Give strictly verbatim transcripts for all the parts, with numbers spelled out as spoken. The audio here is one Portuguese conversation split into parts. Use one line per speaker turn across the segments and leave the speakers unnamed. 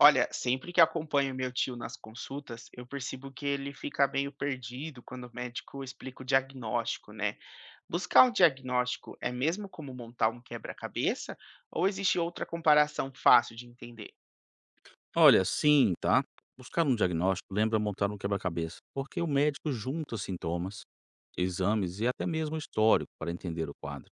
Olha, sempre que acompanho meu tio nas consultas, eu percebo que ele fica meio perdido quando o médico explica o diagnóstico, né? Buscar um diagnóstico é mesmo como montar um quebra-cabeça? Ou existe outra comparação fácil de entender?
Olha, sim, tá? Buscar um diagnóstico lembra montar um quebra-cabeça, porque o médico junta sintomas, exames e até mesmo histórico para entender o quadro.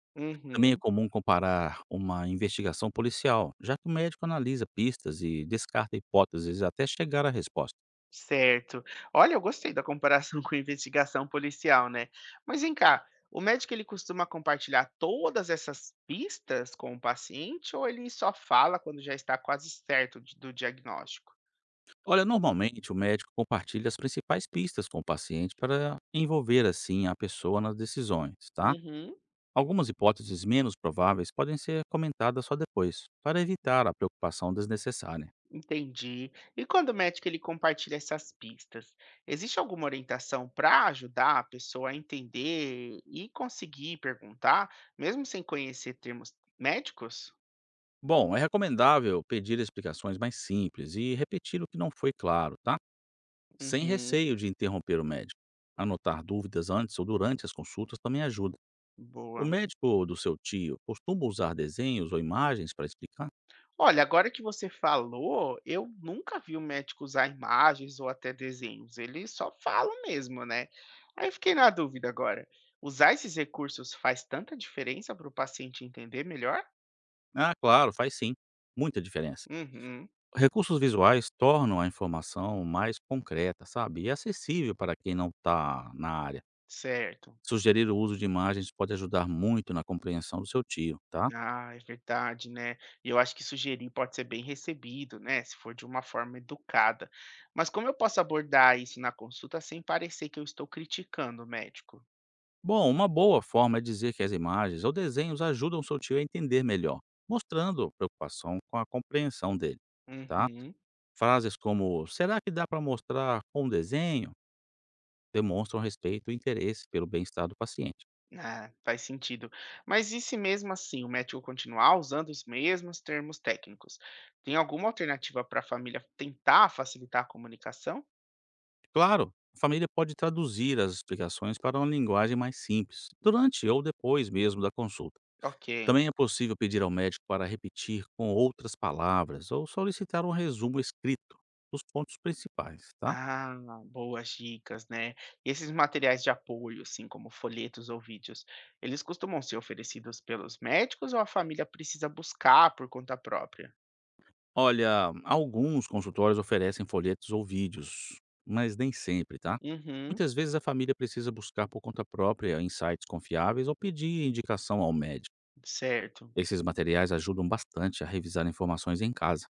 Também é
Uhum,
comum comparar uma investigação policial, já que o médico analisa pistas e descarta hipóteses até chegar à resposta.
certo. Olha, eu gostei da comparação com a investigação policial, né? Mas vem cá, o médico ele costuma compartilhar todas essas pistas com o paciente ou ele só fala quando já está quase certo de- do diagnóstico?
Olha, normalmente o médico compartilha as principais pistas com o paciente para envolver assim a pessoa nas decisões, tá?
Uhum.
Algumas hipóteses menos prováveis podem ser comentadas só depois, para evitar a preocupação desnecessária.
Entendi. E quando o médico ele compartilha essas pistas, existe alguma orientação para ajudar a pessoa a entender e conseguir perguntar, mesmo sem conhecer termos médicos?
Bom, é recomendável pedir explicações mais simples e repetir o que não foi claro, tá? Sem
Uhum,
receio de interromper o médico. Anotar dúvidas antes ou durante as consultas também ajuda. O
boa.
médico do seu tio costuma usar desenhos ou imagens para explicar?
Olha, agora que você falou, eu nunca vi o médico usar imagens ou até desenhos. Ele só fala mesmo, né? Aí eu fiquei na dúvida agora. Usar esses recursos faz tanta diferença para o paciente entender melhor?
Ah, claro, faz sim. Muita diferença.
Uhum,
Recursos visuais tornam a informação mais concreta, sabe? E acessível para quem não está na área.
certo.
Sugerir o uso de imagens pode ajudar muito na compreensão do seu tio, tá?
Ah, é verdade, né? E eu acho que sugerir pode ser bem recebido, né? Se for de uma forma educada. Mas como eu posso abordar isso na consulta sem parecer que eu estou criticando o médico?
Bom, uma boa forma é dizer que as imagens ou desenhos ajudam seu tio a entender melhor, mostrando preocupação com a compreensão dele, tá?
Uhum.
Frases como será que dá para mostrar com um desenho demonstram respeito e interesse pelo bem-estar do paciente.
Ah, faz sentido. Mas e se mesmo assim o médico continuar usando os mesmos termos técnicos? Tem alguma alternativa para a família tentar facilitar a comunicação?
Claro, a família pode traduzir as explicações para uma linguagem mais simples, durante ou depois mesmo da consulta.
Ok.
Também é possível pedir ao médico para repetir com outras palavras ou solicitar um resumo escrito dos pontos principais, tá?
Ah, boas dicas, né? E esses materiais de apoio, assim como folhetos ou vídeos, eles costumam ser oferecidos pelos médicos ou a família precisa buscar por conta própria?
Olha, alguns consultórios oferecem folhetos ou vídeos, mas nem sempre, tá?
Uhum,
Muitas vezes a família precisa buscar por conta própria em sites confiáveis ou pedir indicação ao médico.
certo.
Esses materiais ajudam bastante a revisar informações em casa.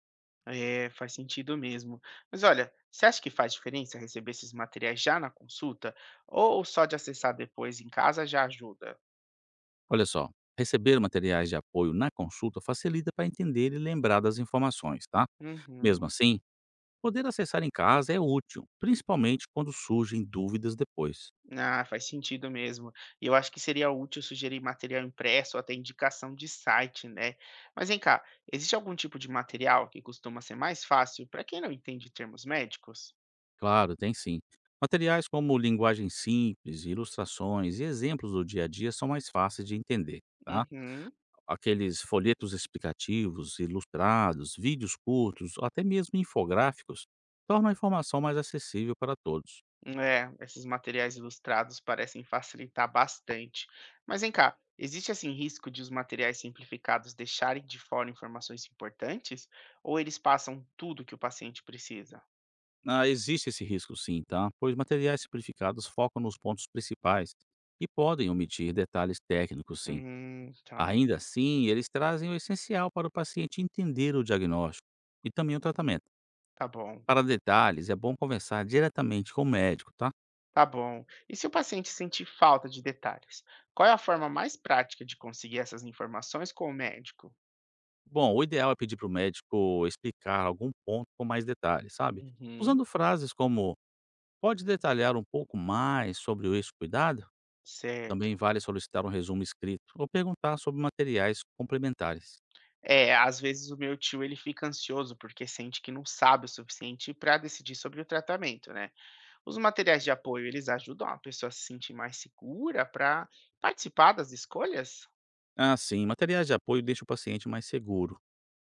É, faz sentido mesmo. Mas olha, você acha que faz diferença receber esses materiais já na consulta ou só de acessar depois em casa já ajuda?
Olha só, receber materiais de apoio na consulta facilita para entender e lembrar das informações, tá?
Uhum.
Mesmo assim, poder acessar em casa é útil, principalmente quando surgem dúvidas depois.
Ah, faz sentido mesmo. E eu acho que seria útil sugerir material impresso ou até indicação de site, né? Mas vem cá, existe algum tipo de material que costuma ser mais fácil para quem não entende termos médicos?
Claro, tem sim. Materiais como linguagem simples, ilustrações e exemplos do dia a dia são mais fáceis de entender, tá?
Uhum.
Aqueles folhetos explicativos, ilustrados, vídeos curtos, ou até mesmo infográficos, tornam a informação mais acessível para todos.
É, esses materiais ilustrados parecem facilitar bastante. Mas vem cá, existe assim risco de os materiais simplificados deixarem de fora informações importantes? Ou eles passam tudo que o paciente precisa?
Ah, existe esse risco sim, tá? Pois materiais simplificados focam nos pontos principais e podem omitir detalhes técnicos, sim.
Hum, tá,
Ainda assim, eles trazem o essencial para o paciente entender o diagnóstico e também o tratamento.
tá bom.
Para detalhes, é bom conversar diretamente com o médico, tá?
Tá bom. E se o paciente sentir falta de detalhes, qual é a forma mais prática de conseguir essas informações com o médico?
Bom, o ideal é pedir para o médico explicar algum ponto com mais detalhes, sabe?
Uhum.
Usando frases como: pode detalhar um pouco mais sobre esse cuidado? Também
Certo.
vale solicitar um resumo escrito ou perguntar sobre materiais complementares.
É, às vezes o meu tio ele fica ansioso porque sente que não sabe o suficiente para decidir sobre o tratamento, né? Os materiais de apoio, eles ajudam a pessoa a se sentir mais segura para participar das escolhas?
Assim, materiais de apoio deixam o paciente mais seguro,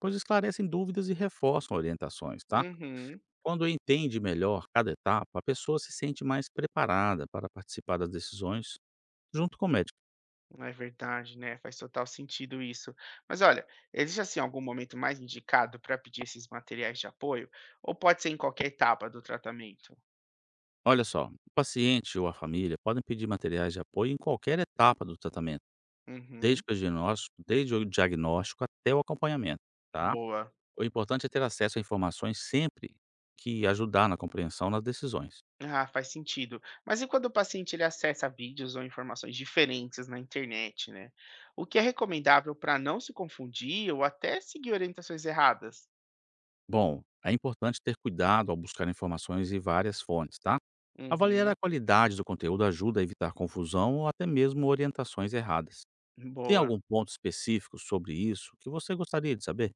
pois esclarecem dúvidas e reforçam orientações, tá?
Uhum.
Quando entende melhor cada etapa, a pessoa se sente mais preparada para participar das decisões junto com o médico.
Não é verdade, né? Faz total sentido isso. Mas olha, existe assim algum momento mais indicado para pedir esses materiais de apoio? Ou pode ser em qualquer etapa do tratamento?
Olha só, o paciente ou a família podem pedir materiais de apoio em qualquer etapa do tratamento,
Uhum,
desde o diagnóstico, desde o diagnóstico até o acompanhamento, tá?
boa.
O importante é ter acesso a informações sempre que ajudar na compreensão das decisões.
Ah, faz sentido. Mas e quando o paciente ele acessa vídeos ou informações diferentes na internet, né? O que é recomendável para não se confundir ou até seguir orientações erradas?
Bom, é importante ter cuidado ao buscar informações em várias fontes, tá? Avaliar a
Uhum,
qualidade do conteúdo ajuda a evitar confusão ou até mesmo orientações erradas. Tem
boa.
algum ponto específico sobre isso que você gostaria de saber?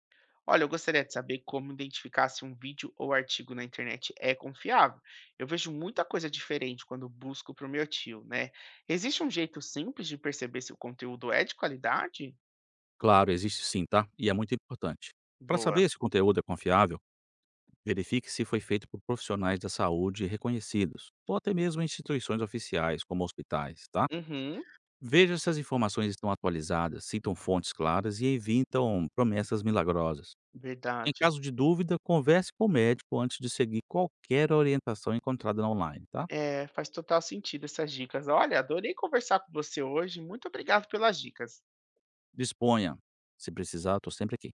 Olha, eu gostaria de saber como identificar se um vídeo ou artigo na internet é confiável. Eu vejo muita coisa diferente quando busco para o meu tio, né? Existe um jeito simples de perceber se o conteúdo é de qualidade?
Claro, existe sim, tá? E é muito importante. Para
Boa.
saber se o conteúdo é confiável, verifique se foi feito por profissionais da saúde reconhecidos, ou até mesmo instituições oficiais, como hospitais, tá?
Uhum,
Veja se as informações estão atualizadas, citam fontes claras e evitam promessas milagrosas. Em
verdade.
caso de dúvida, converse com o médico antes de seguir qualquer orientação encontrada online, tá?
É, faz total sentido essas dicas. Olha, adorei conversar com você hoje. Muito obrigado pelas dicas.
Disponha. Se precisar, estou sempre aqui.